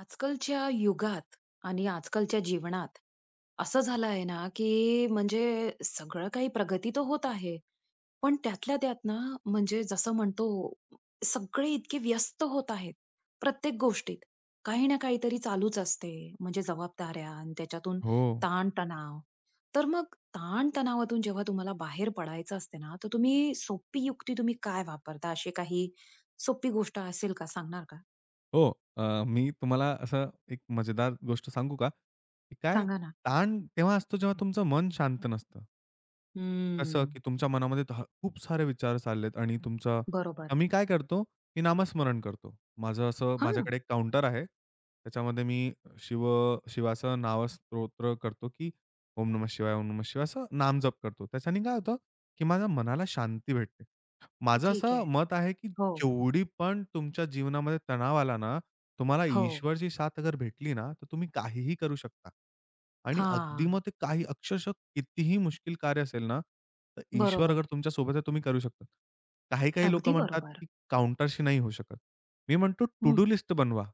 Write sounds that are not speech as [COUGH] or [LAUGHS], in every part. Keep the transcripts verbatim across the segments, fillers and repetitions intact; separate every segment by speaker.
Speaker 1: आजकालच्या युगात आणि आजकालच्या जीवनात असं झालं आहे ना, की म्हणजे सगळं काही प्रगती तर होत आहे. पण त्यातल्या त्यात ना, म्हणजे जसं म्हणतो सगळे इतके व्यस्त होत आहेत, प्रत्येक गोष्टीत. काही ना काहीतरी चालूच असते. म्हणजे जबाबदाऱ्या आणि त्याच्यातून
Speaker 2: हो.
Speaker 1: ताण-तणाव. तर मग ताण जेव्हा तुम्हाला बाहेर पडायचं असते ना, तर तुम्ही सोपी युक्ती तुम्ही काय वापरता? अशी काही सोपी गोष्ट असेल का, सांगणार का?
Speaker 2: हो. अ, मी तुम्हाला असं एक मजेदार गोष्ट सांगू का? की काय
Speaker 1: सांगा ना.
Speaker 2: ताण तेव्हा असतो जेव्हा तुमचं मन शांत नसतं. कसं
Speaker 1: हं.
Speaker 2: की तुमच्या मनामध्ये ध खूप सारे विचार चाललेत आणि तुमचं
Speaker 1: बरोबर.
Speaker 2: तर काय करतो, की नामस्मरण करतो. माझं असं
Speaker 1: हां.
Speaker 2: माझ्याकडे एक काउंटर आहे. त्याच्यामध्ये मी शिव शिवाचं नामस्तोत्र करतो, की ओम नमः शिवाय, ओम नमः शिवाय असं नामजप करतो. त्याच्याने काय होतं, की माझ्या मनाला शांती भेटते. माझं
Speaker 1: ठीक
Speaker 2: असं
Speaker 1: आहे.
Speaker 2: मत आहे, की
Speaker 1: हो,
Speaker 2: केवढी पण तुमच्या जीवनामध्ये तणाव आला ना, तुम्हाला
Speaker 1: हो.
Speaker 2: ईश्वरची साथ अगर भेटली ना, तर तुम्ही काहीही करू शकता. आणि अगदी
Speaker 1: हां,
Speaker 2: मग ते काही अक्षरशः कितीही मुश्किल कार्य असेल ना, तर ईश्वर अगर
Speaker 1: बरोबर.
Speaker 2: तुमच्या सोबत आहे, तुम्ही करू शकता. काही-काही लोकं
Speaker 1: अगदी
Speaker 2: म्हणतात,
Speaker 1: बरोबर.
Speaker 2: की काउंटरशी नाही होऊ शकत. मी म्हणतो टू
Speaker 1: हं.
Speaker 2: डू लिस्ट बनवा.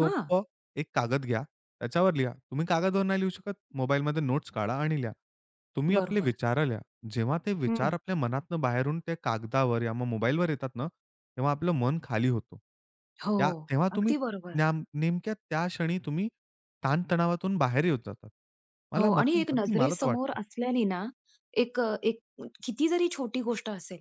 Speaker 1: हां,
Speaker 2: एक कागद घ्या, त्याच्यावर लिहा. तुम्ही कागदवर नाही लिहू शकत, मोबाईलमध्ये नोट्स काढा आणि लिहा. तुम्ही आपले
Speaker 1: बरोबर.
Speaker 2: विचारं लिहा. जेव्हा ते विचार
Speaker 1: हं.
Speaker 2: आपल्या मनातनं बाहेरून त्या कागदावर या मग मोबाईलवर येतात ना, तेव्हा आपलं मन खाली होतो.
Speaker 1: हो,
Speaker 2: त्या तेव्हा तुम्ही
Speaker 1: अगदी बरोबर.
Speaker 2: न्याम नेमक्या त्या क्षणी तुम्ही ताणतणावातून बाहेर येऊन जातात. मला
Speaker 1: हो आणि
Speaker 2: मतलब
Speaker 1: एक
Speaker 2: अगदी मला तर
Speaker 1: नजरेसमोर
Speaker 2: वाटतं.
Speaker 1: असल्याने ना, एक एक किती जरी छोटी गोष्ट असेल,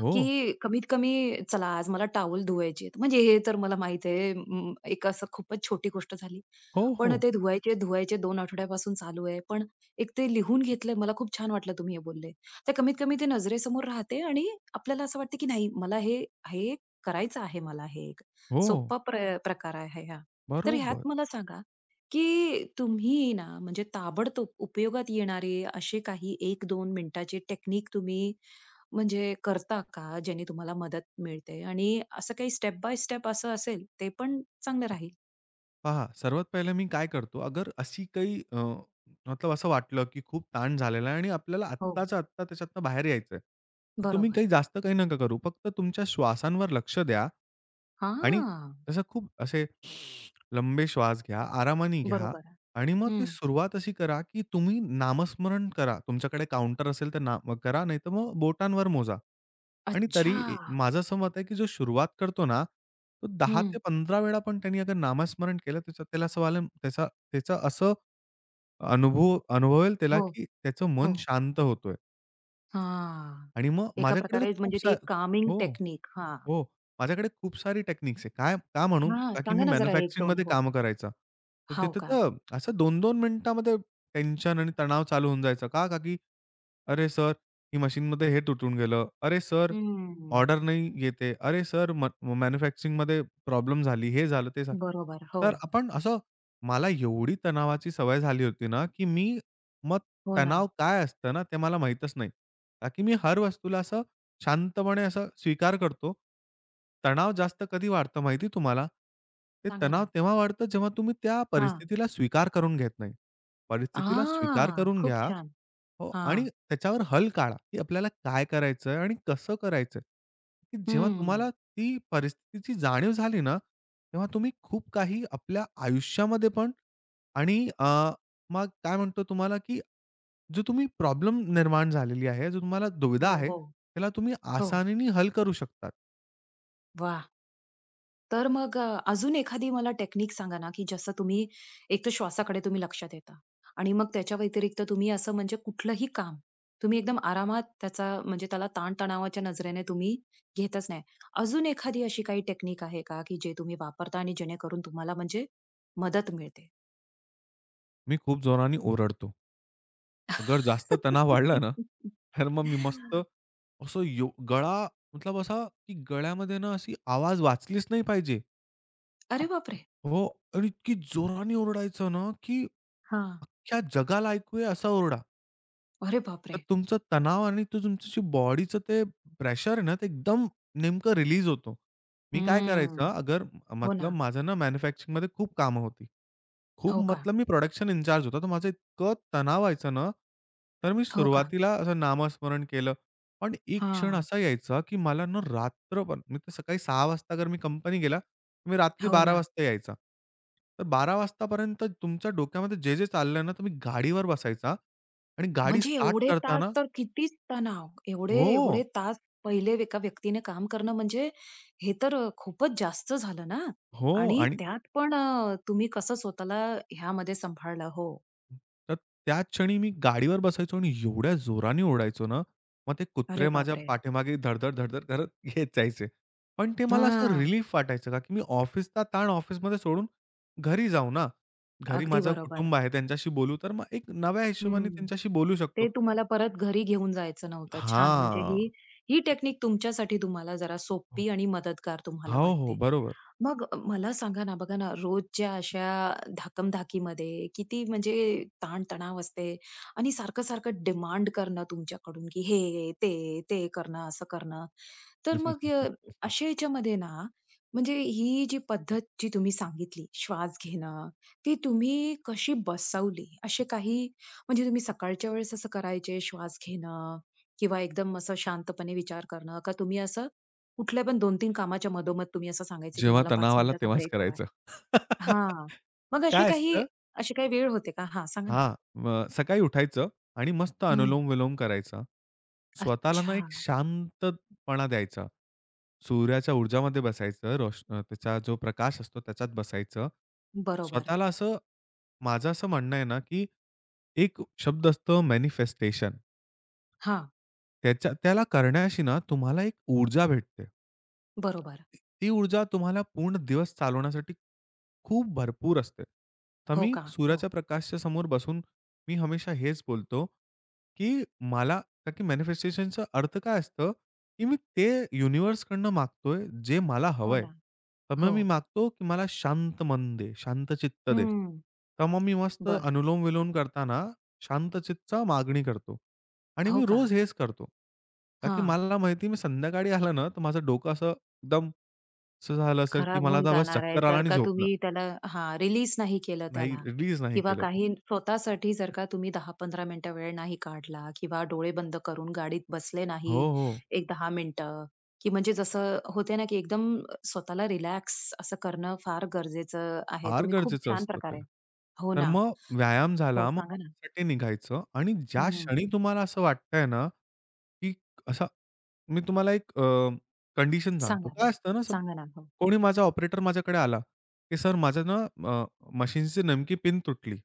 Speaker 2: हो.
Speaker 1: की कमीत कमी, चला आज मला टावल धुवायचे आहेत. म्हणजे हे तर मला माहीत आहे अं, एक असं खूपच छोटी गोष्ट झाली.
Speaker 2: हो,
Speaker 1: पण
Speaker 2: हो.
Speaker 1: ते धुवायचे, धुवायचे दोन आठवड्यापासून चालू आहे. पण एक ते लिहून घेतलंय. मला खूप छान वाटलं तुम्ही हे बोलले. तर कमीत कमी ते नजरेसमोर राहते आणि आपल्याला असं वाटतं, की नाही, मला हे हे करायचं आहे, मला हे एक.
Speaker 2: हो.
Speaker 1: सोप्पा प्र प्रकार आहे हा. तर
Speaker 2: बरोबर.
Speaker 1: ह्यात मला सांगा, की तुम्ही ना, म्हणजे ताबडतोब उपयोगात येणारे असे काही एक दोन मिनिटाचे टेक्निक तुम्ही म्हणजे करता का, ज्याने तुम्हाला मदत मिळते? आणि असं काही स्टेप बाय स्टेप असं असेल, ते पण चांगलं राहील.
Speaker 2: पहा, सर्वात पहिले मी काय करतो, अगर अशी काही अ, मतलब असं वाटलं, की खूप ताण झालेला आहे आणि आपल्याला
Speaker 1: हो.
Speaker 2: आत्ताच्या आत्ता त्याच्यातनं बाहेर यायचं आहे. तर तुम्ही काही
Speaker 1: बरोबर.
Speaker 2: जास्त काही नका करू. फक्त तुमच्या श्वासांवर लक्ष द्या आणि
Speaker 1: हां,
Speaker 2: तसं खूप असे लंबे श्वास घ्या, आरामाने घ्या
Speaker 1: बरोबर.
Speaker 2: आणि मग ते
Speaker 1: हं.
Speaker 2: सुरुवात अशी करा, की तुम्ही नामस्मरण करा. तुमच्याकडे काउंटर असेल तर ना करा, नाहीतर मग बोटांवर मोजा. आणि तरी
Speaker 1: अच्छा.
Speaker 2: ए माझं असं मत आहे, की जो सुरुवात करतो ना तो दहा
Speaker 1: हं.
Speaker 2: ते पंधरा वेळा पण त्यांनी अगर नामस्मरण केलं, त्याचं त्याला असं वालं त्याचा त्याचा असं अनुभव अनुभवेल त्याला,
Speaker 1: हो,
Speaker 2: की त्याचं
Speaker 1: हो.
Speaker 2: मन शांत होतोय
Speaker 1: हां.
Speaker 2: आणि मग
Speaker 1: एका
Speaker 2: माझ्याकडे तर
Speaker 1: प्रकारे
Speaker 2: खूप
Speaker 1: म्हणजे
Speaker 2: सा
Speaker 1: ती एक कामिंग
Speaker 2: हो,
Speaker 1: टेक्निक. हां.
Speaker 2: हो. माझ्याकडे खूप सारी टेक्निक्स आहे. काय का म्हणून?
Speaker 1: हां,
Speaker 2: का की मी
Speaker 1: सांगा ना जरा एक दोन
Speaker 2: मॅन्युफॅक्चरिंगमध्ये
Speaker 1: हो.
Speaker 2: कामं करायचा. तर
Speaker 1: हो
Speaker 2: तिथं
Speaker 1: का?
Speaker 2: तर असं दोन दोन मिनिटामध्ये टेन्शन आणि तणाव चालू होऊन जायचा. का? का की अरे सर, ही मशीनमध्ये हे तुटून गेलं. अरे सर,
Speaker 1: हं.
Speaker 2: ऑर्डर नाही येते. अरे सर, म मॅन्युफॅक्चरिंगमध्ये प्रॉब्लेम झाली. हे झालं, ते झालं.
Speaker 1: बरोबर. हो.
Speaker 2: तर आपण असं मला एवढी तणावाची सवय झाली होती ना, की मी मग
Speaker 1: हो ना.
Speaker 2: तणाव काय असतं ना, ते मला माहीतच नाही. का की मी हर वस्तूला असं शांतपणे असं स्वीकार करतो. तणाव जास्त कधी वाढतं माहिती तुम्हाला? ते
Speaker 1: सांगा
Speaker 2: तणाव
Speaker 1: ना.
Speaker 2: तेव्हा वाढतं, जेव्हा तुम्ही त्या
Speaker 1: हां.
Speaker 2: परिस्थितीला स्वीकार करून घेत नाही. परिस्थितीला स्वीकार
Speaker 1: हां.
Speaker 2: करून
Speaker 1: खूप
Speaker 2: घ्या.
Speaker 1: छान.
Speaker 2: हो
Speaker 1: हां.
Speaker 2: आणि त्याच्यावर हल काढा, की आपल्याला काय करायचंय आणि कसं करायचंय? की जेव्हा
Speaker 1: हं.
Speaker 2: तुम्हाला ती परिस्थितीची जाणीव झाली ना, तेव्हा तुम्ही खूप काही आपल्या आयुष्यामध्ये पण आणि अ, मग काय म्हणतो तुम्हाला, की जो तुम्ही प्रॉब्लेम निर्माण झालेली आहे, जो तुम्हाला दुविधा
Speaker 1: हो,
Speaker 2: आहे,
Speaker 1: हो.
Speaker 2: त्याला तुम्ही
Speaker 1: हो.
Speaker 2: आसानीने हल करू शकतात.
Speaker 1: वाह! तर मग अ, अजून एखादी मला टेक्निक सांगा ना, की जसं तुम्ही एक तर श्वासाकडे तुम्ही लक्ष देता आणि मग त्याच्या व्यतिरिक्त तुम्ही असं म्हणजे कुठलंही काम तुम्ही एकदम आरामात त्याचा म्हणजे त्याला ताणतणावाच्या नजरेने तुम्ही घेतच नाही. अजून एखादी अशी काही टेक्निक आहे का, की जे तुम्ही वापरता आणि जेणेकरून तुम्हाला म्हणजे मदत मिळते?
Speaker 2: मी खूप जोराने ओरडतो. अगर जास्त तणाव वाढला ना,
Speaker 1: [LAUGHS]
Speaker 2: तर मग मी मस्त असं यो गळा मतलब असा, की गळ्यामध्ये ना अशी आवाज वाचलीच नाही पाहिजे.
Speaker 1: अरे बापरे!
Speaker 2: हो आणि इतकी जोराने ओरडायचं ना, की
Speaker 1: हां.
Speaker 2: अख्ख्या जगाला ऐकू येईल असा ओरडा.
Speaker 1: अरे
Speaker 2: तर
Speaker 1: बापरे!
Speaker 2: तुमचा तणाव आणि तो तुमचं जे बॉडीचं ते प्रेशर आहे ना, ते एकदम नेमकं रिलीज होतो. मी काय करायचं
Speaker 1: हम्म.
Speaker 2: अगर
Speaker 1: हो
Speaker 2: मतलब
Speaker 1: ना.
Speaker 2: माझं ना मॅन्युफॅक्चरिंगमध्ये खूप कामं होती. खूप
Speaker 1: हो का?
Speaker 2: मतलब मी प्रोडक्शन इन्चार्ज होता तर माझं इतकं तणाव व्हायचं ना, तर मी
Speaker 1: हो का?
Speaker 2: सुरुवातीला असं नामस्मरण केलं. पण एक क्षण
Speaker 1: हां.
Speaker 2: असा यायचा, की मला ना रात्र पण मी तर सकाळी सहा वाजता अगर मी कंपनी गेला, मी रात्री
Speaker 1: हो
Speaker 2: बारा
Speaker 1: ना.
Speaker 2: वाजता यायचा. तर बारा वाजतापर्यंत तुमच्या डोक्यामध्ये जे, जे चाललंय ना, तुम्ही गाडीवर बसायचा आणि गाडी
Speaker 1: म्हणजे
Speaker 2: स्टार्ट
Speaker 1: एवढे तास
Speaker 2: करताना
Speaker 1: तर कितीच तणाव. एवढे एवढे
Speaker 2: हो,
Speaker 1: तास पहिले एका व्यक्तीने काम करणं म्हणजे हे तर अ, खूपच जास्त झालं ना.
Speaker 2: हो
Speaker 1: आणि
Speaker 2: आणि
Speaker 1: त्यात पण अ, तुम्ही कसं स्वतःला ह्यामध्ये सांभाळलं. हो.
Speaker 2: तर त्याच क्षणी मी गाडीवर बसायचो आणि एवढ्या जोराने ओरडायचो ना, मग ते
Speaker 1: अरे
Speaker 2: कुत्रे माझ्या
Speaker 1: बापरे!
Speaker 2: पाठीमागे धड-धड, धड-धड करत [LAUGHS] येत जायचे. पण ते मला असं
Speaker 1: हां.
Speaker 2: रिलीफ वाटायचं का की मी ऑफिसचा ताण ऑफिसमध्ये सोडून घरी जाऊ ना. घरी
Speaker 1: अगदी
Speaker 2: माझं
Speaker 1: बरोबर.
Speaker 2: कुटुंब आहे, त्यांच्याशी बोलू तर मग एक नव्या हिशोबाने
Speaker 1: हं.
Speaker 2: त्यांच्याशी बोलू शकतो.
Speaker 1: ते तुम्हाला परत घरी घेऊन जायचं नव्हतं. छान, म्हणजे ही
Speaker 2: हां.
Speaker 1: ही टेक्निक तुमच्यासाठी तुम्हाला जरा सोपी आणि मदतगार तुम्हाला
Speaker 2: हो, हो.
Speaker 1: वाटते.
Speaker 2: बरोबर.
Speaker 1: मग मला सांगा ना, बघा ना, रोजच्या अशा धाकमधाकीमध्ये किती म्हणजे ताण-तणाव असते आणि सारखं-सारखं डिमांड करणं तुमच्याकडून, की हे, ते, ते करणं, असं करणं. तर मग अ,
Speaker 2: [LAUGHS]
Speaker 1: अशा ह्याच्यामध्ये ना, म्हणजे ही जी पद्धत जी तुम्ही सांगितली, श्वास घेणं, ती तुम्ही कशी बसवली? असे काही म्हणजे तुम्ही सकाळच्या वेळेस असं करायचे श्वास घेणं किंवा एकदम असं शांतपणे विचार करणं, का तुम्ही असं कुठल्या पण दोन तीन कामाच्या मधोमध तुम्ही असं सांगायचं, की
Speaker 2: जेव्हा
Speaker 1: मला पाच
Speaker 2: तणाव आला
Speaker 1: मिनिटाचा
Speaker 2: तेव्हाच
Speaker 1: ब्रेक हवाय.
Speaker 2: करायचं.
Speaker 1: हां.
Speaker 2: [LAUGHS]
Speaker 1: मग अशी
Speaker 2: काय
Speaker 1: काही
Speaker 2: असतं
Speaker 1: अशी काही वेळ होते का? हां, सांगा ना.
Speaker 2: हां. मग सकाळी उठायचं आणि मस्त
Speaker 1: हं.
Speaker 2: अनुलोम-विलोम करायचा. स्वतःला ना
Speaker 1: अच्छा.
Speaker 2: एक शांतपणा द्यायचा. सूर्याच्या ऊर्जामध्ये बसायचं. रोश अ, त्याचा जो प्रकाश असतो त्याच्यात बसायचं.
Speaker 1: बरोबर.
Speaker 2: स्वतःला असं माझं असं म्हणणं आहे ना, की एक शब्द असतो मॅनिफेस्टेशन.
Speaker 1: हां,
Speaker 2: त्याच्या त्याला करण्याशी ना तुम्हाला एक ऊर्जा भेटते.
Speaker 1: बरोबर.
Speaker 2: ती ऊर्जा तुम्हाला पूर्ण दिवस चालवण्यासाठी खूप भरपूर असते. तर
Speaker 1: हो
Speaker 2: मी
Speaker 1: का? हो.
Speaker 2: सूर्याच्या प्रकाशच्या समोर बसून मी हमेशा हेच बोलतो, की मला का की मॅनिफेस्टेशनचा अर्थ काय असतं, की मी ते युनिव्हर्सकडनं मागतोय जे मला
Speaker 1: हो
Speaker 2: हवंय.
Speaker 1: ना.
Speaker 2: तर मग
Speaker 1: हो.
Speaker 2: मी मागतो, की मला शांत मन दे, शांत चित्त दे.
Speaker 1: हं.
Speaker 2: तर मग मी मस्त
Speaker 1: बरं.
Speaker 2: अनुलोम-विलोम करताना शांत मागणी करतो आणि
Speaker 1: हो
Speaker 2: मी
Speaker 1: का?
Speaker 2: रोज हेच करतो. का की
Speaker 1: हां.
Speaker 2: मला माहिती मी संध्याकाळी आलं ना, तर माझं डोकं असं एकदम असं झालं असेल, की
Speaker 1: खराब
Speaker 2: मला
Speaker 1: होऊन
Speaker 2: आता बस
Speaker 1: जाणार आहे.
Speaker 2: चक्कर आला
Speaker 1: जर
Speaker 2: आणि
Speaker 1: का
Speaker 2: झोपलं.
Speaker 1: तुम्ही त्याला, हां, रिलीज नाही केलं
Speaker 2: नाही
Speaker 1: त्याला
Speaker 2: रिलीज नाही
Speaker 1: किंवा
Speaker 2: केलं तर.
Speaker 1: काही स्वतःसाठी जर का तुम्ही दहा ते पंधरा मिनिटं वेळ नाही काढला किंवा डोळे बंद करून गाडीत बसले नाही
Speaker 2: हो, हो.
Speaker 1: एक दहा मिनिटं, की म्हणजे जसं होते ना, की एकदम स्वतःला रिलॅक्स असं करणं फार गरजेचं आहे.
Speaker 2: फार
Speaker 1: तुम्ही खूप
Speaker 2: गरजेचं
Speaker 1: छान
Speaker 2: असतं ते.
Speaker 1: प्रकारे हो
Speaker 2: तर
Speaker 1: ना.
Speaker 2: मग व्यायाम
Speaker 1: हो,
Speaker 2: झाला, मग
Speaker 1: सांगा ना.
Speaker 2: ऑफिससाठी निघायचं आणि ज्या
Speaker 1: हं.
Speaker 2: क्षणी तुम्हाला असं वाटतंय ना, की असा मी तुम्हाला एक अ, कंडिशन सांगतो.
Speaker 1: सांगा ना.
Speaker 2: काय असतं ना, सब
Speaker 1: सांगा ना. हो.
Speaker 2: कोणी माझा ऑपरेटर माझ्याकडे आला, की सर माझं ना अ, मशीनची नेमकी पिन तुटली.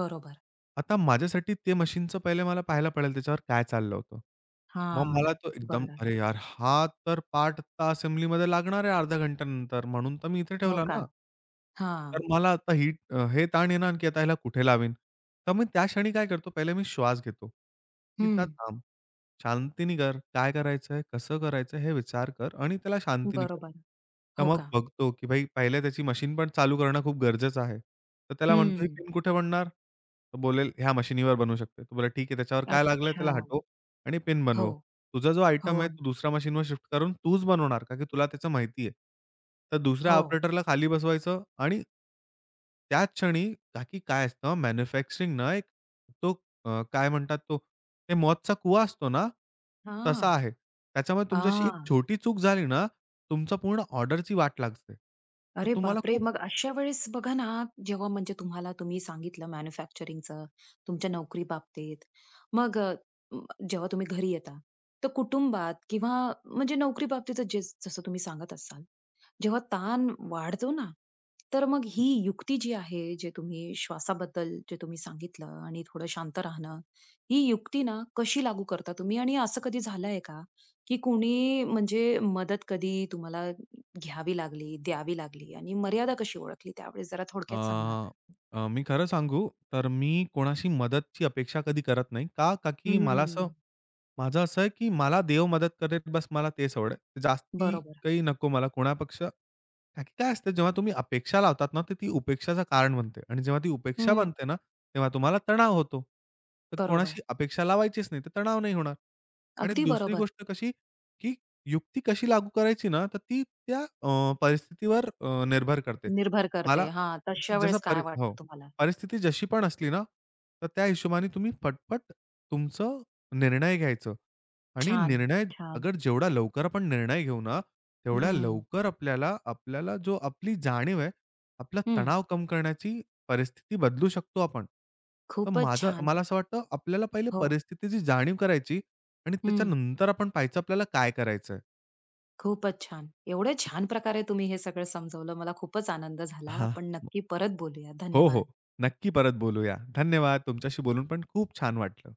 Speaker 1: बरोबर.
Speaker 2: आता माझ्यासाठी ते मशीनचं पहिले मला पाहायला पडेल त्याच्यावर काय चाललं होतं. मग
Speaker 1: हां.
Speaker 2: मला तो एकदम
Speaker 1: बरं.
Speaker 2: अरे यार! हा तर पार्ट आता असेंब्लीमध्ये लागणार आहे अर्ध्या घंट्यानंतर म्हणून तर मी इथे
Speaker 1: हो
Speaker 2: ठेवला
Speaker 1: का?
Speaker 2: ना. तर
Speaker 1: हां.
Speaker 2: मला आता ही अ, हे ताण येणार की आता ह्याला कुठे लावीन? तर मी त्या क्षणी काय करतो पहिले मी श्वास घेतो, की आता
Speaker 1: हं.
Speaker 2: थांब. शांतीने कर. काय करायचंय? कसं करायचं? हे विचार कर आणि त्याला शांतीने कर.
Speaker 1: बरोबर.
Speaker 2: तर
Speaker 1: हो
Speaker 2: मग
Speaker 1: का?
Speaker 2: बघतो, की भाई पहिले त्याची मशीन पण चालू करणं खूप गरजेचं आहे. तर त्याला म्हणतो, ही
Speaker 1: हं.
Speaker 2: पिन कुठे बनणार? तो बोलेल, ह्या मशीनीवर बनवू शकते. तो बोलला, ठीक आहे, त्याच्यावर काय लागलंय
Speaker 1: अच्छा.
Speaker 2: त्याला हटव आणि पिन
Speaker 1: हो.
Speaker 2: बनवव. तुझा जो
Speaker 1: हो.
Speaker 2: आयटम आहे तो दुसऱ्या मशीनवर शिफ्ट करून तूच बनवणार, का की तुला त्याचं माहिती आहे. तर दुसऱ्या
Speaker 1: हो.
Speaker 2: ऑपरेटरला खाली बसवायचं आणि त्याच क्षणी का की काय असतं मॅन्युफॅक्चरिंग ना एक तो अ, काय म्हणतात तो, ते मौतचा कुवा असतो ना,
Speaker 1: हां.
Speaker 2: तसा आहे. त्याच्यामुळे हं. तुमच्याशी एक
Speaker 1: आ.
Speaker 2: छोटी चूक झाली ना, तुमचा पूर्ण ऑर्डरची वाट लागते. तर
Speaker 1: अरे
Speaker 2: तुम्हाला
Speaker 1: बापरे!
Speaker 2: खूप
Speaker 1: मग अशा वेळेस बघा ना, जेव्हा म्हणजे तुम्हाला, तुम्ही सांगितलं मॅन्युफॅक्चरिंगचं, तुमच्या नोकरी बाबतीत. मग अ, म, जेव्हा तुम्ही घरी येता, तर कुटुंबात किंवा म्हणजे नोकरी बाबतीतच जे जसं तुम्ही सांगत असाल, जेव्हा ताण वाढतो ना, तर मग ही युक्ती जी आहे, जे तुम्ही श्वासाबद्दल जे तुम्ही सांगितलं आणि थोडं शांत राहणं, ही युक्ती ना कशी लागू करता तुम्ही? आणि असं कधी झालंय का, की कोणी म्हणजे मदत कधी तुम्हाला घ्यावी लागली, द्यावी लागली आणि मर्यादा कशी ओळखली त्यावेळेस, जरा
Speaker 2: अ,
Speaker 1: थोडक्यात सांगणार का?
Speaker 2: अ, मी खरं सांगू तर मी कोणाशी मदतची अपेक्षा कधी करत नाही. का? का की मला असं
Speaker 1: हम्म.
Speaker 2: माझं असं आहे, की मला देव मदत करेल बस मला तेच आवडेल. जास्ती
Speaker 1: बरोबर.
Speaker 2: काही नको मला कोणापेक्षा का की काय असतं जेव्हा तुम्ही अपेक्षा लावतात ना, तर ती उपेक्षाचं कारण बनते आणि जेव्हा ती उपेक्षा
Speaker 1: हं.
Speaker 2: बनते ना, तेव्हा तुम्हाला तणाव होतो. तर
Speaker 1: बरोबर.
Speaker 2: कोणाशी अपेक्षा लावायचीच नाही, तर तणाव नाही होणार. आणि
Speaker 1: अगदी
Speaker 2: दुसरी
Speaker 1: बरोबर.
Speaker 2: गोष्ट कशी, की युक्ती कशी लागू करायची ना, तर ती त्या अ, परिस्थितीवर अ, निर्भर करते.
Speaker 1: निर्भर करते.
Speaker 2: मला
Speaker 1: हां, तशा
Speaker 2: जसं
Speaker 1: वेळेस
Speaker 2: परि
Speaker 1: काय
Speaker 2: हो.
Speaker 1: वाटतं तुम्हाला?
Speaker 2: परिस्थिती जशी पण असली ना, तर त्या हिशोबाने तुम्ही पटपट तुमचं निर्णय घ्यायचं आणि
Speaker 1: छान,
Speaker 2: निर्णय
Speaker 1: छान.
Speaker 2: अगर जेवढा लवकर आपण निर्णय घेऊ ना तेवढ्या
Speaker 1: हं,
Speaker 2: लवकर आपल्याला, आपल्याला जो आपली जाणीव आहे, आपला
Speaker 1: हं.
Speaker 2: तणाव कम करण्याची परिस्थिती बदलू शकतो आपण. तर
Speaker 1: खूपच
Speaker 2: माझं
Speaker 1: छान.
Speaker 2: मला असं वाटतं आपल्याला पहिले
Speaker 1: हो.
Speaker 2: परिस्थितीची जाणीव करायची आणि
Speaker 1: हं.
Speaker 2: त्याच्यानंतर आपण पाहायचं आपल्याला काय करायचंय.
Speaker 1: खूपच छान. एवढ्या छान प्रकारे तुम्ही हे सगळं समजवलं. मला खूपच आनंद झाला.
Speaker 2: हां.
Speaker 1: आपण नक्की परत बोलूया.
Speaker 2: हो, हो.
Speaker 1: धन्यवाद.
Speaker 2: नक्की परत बोलूया. धन्यवाद. तुमच्याशी बोलून पण खूप छान वाटलं.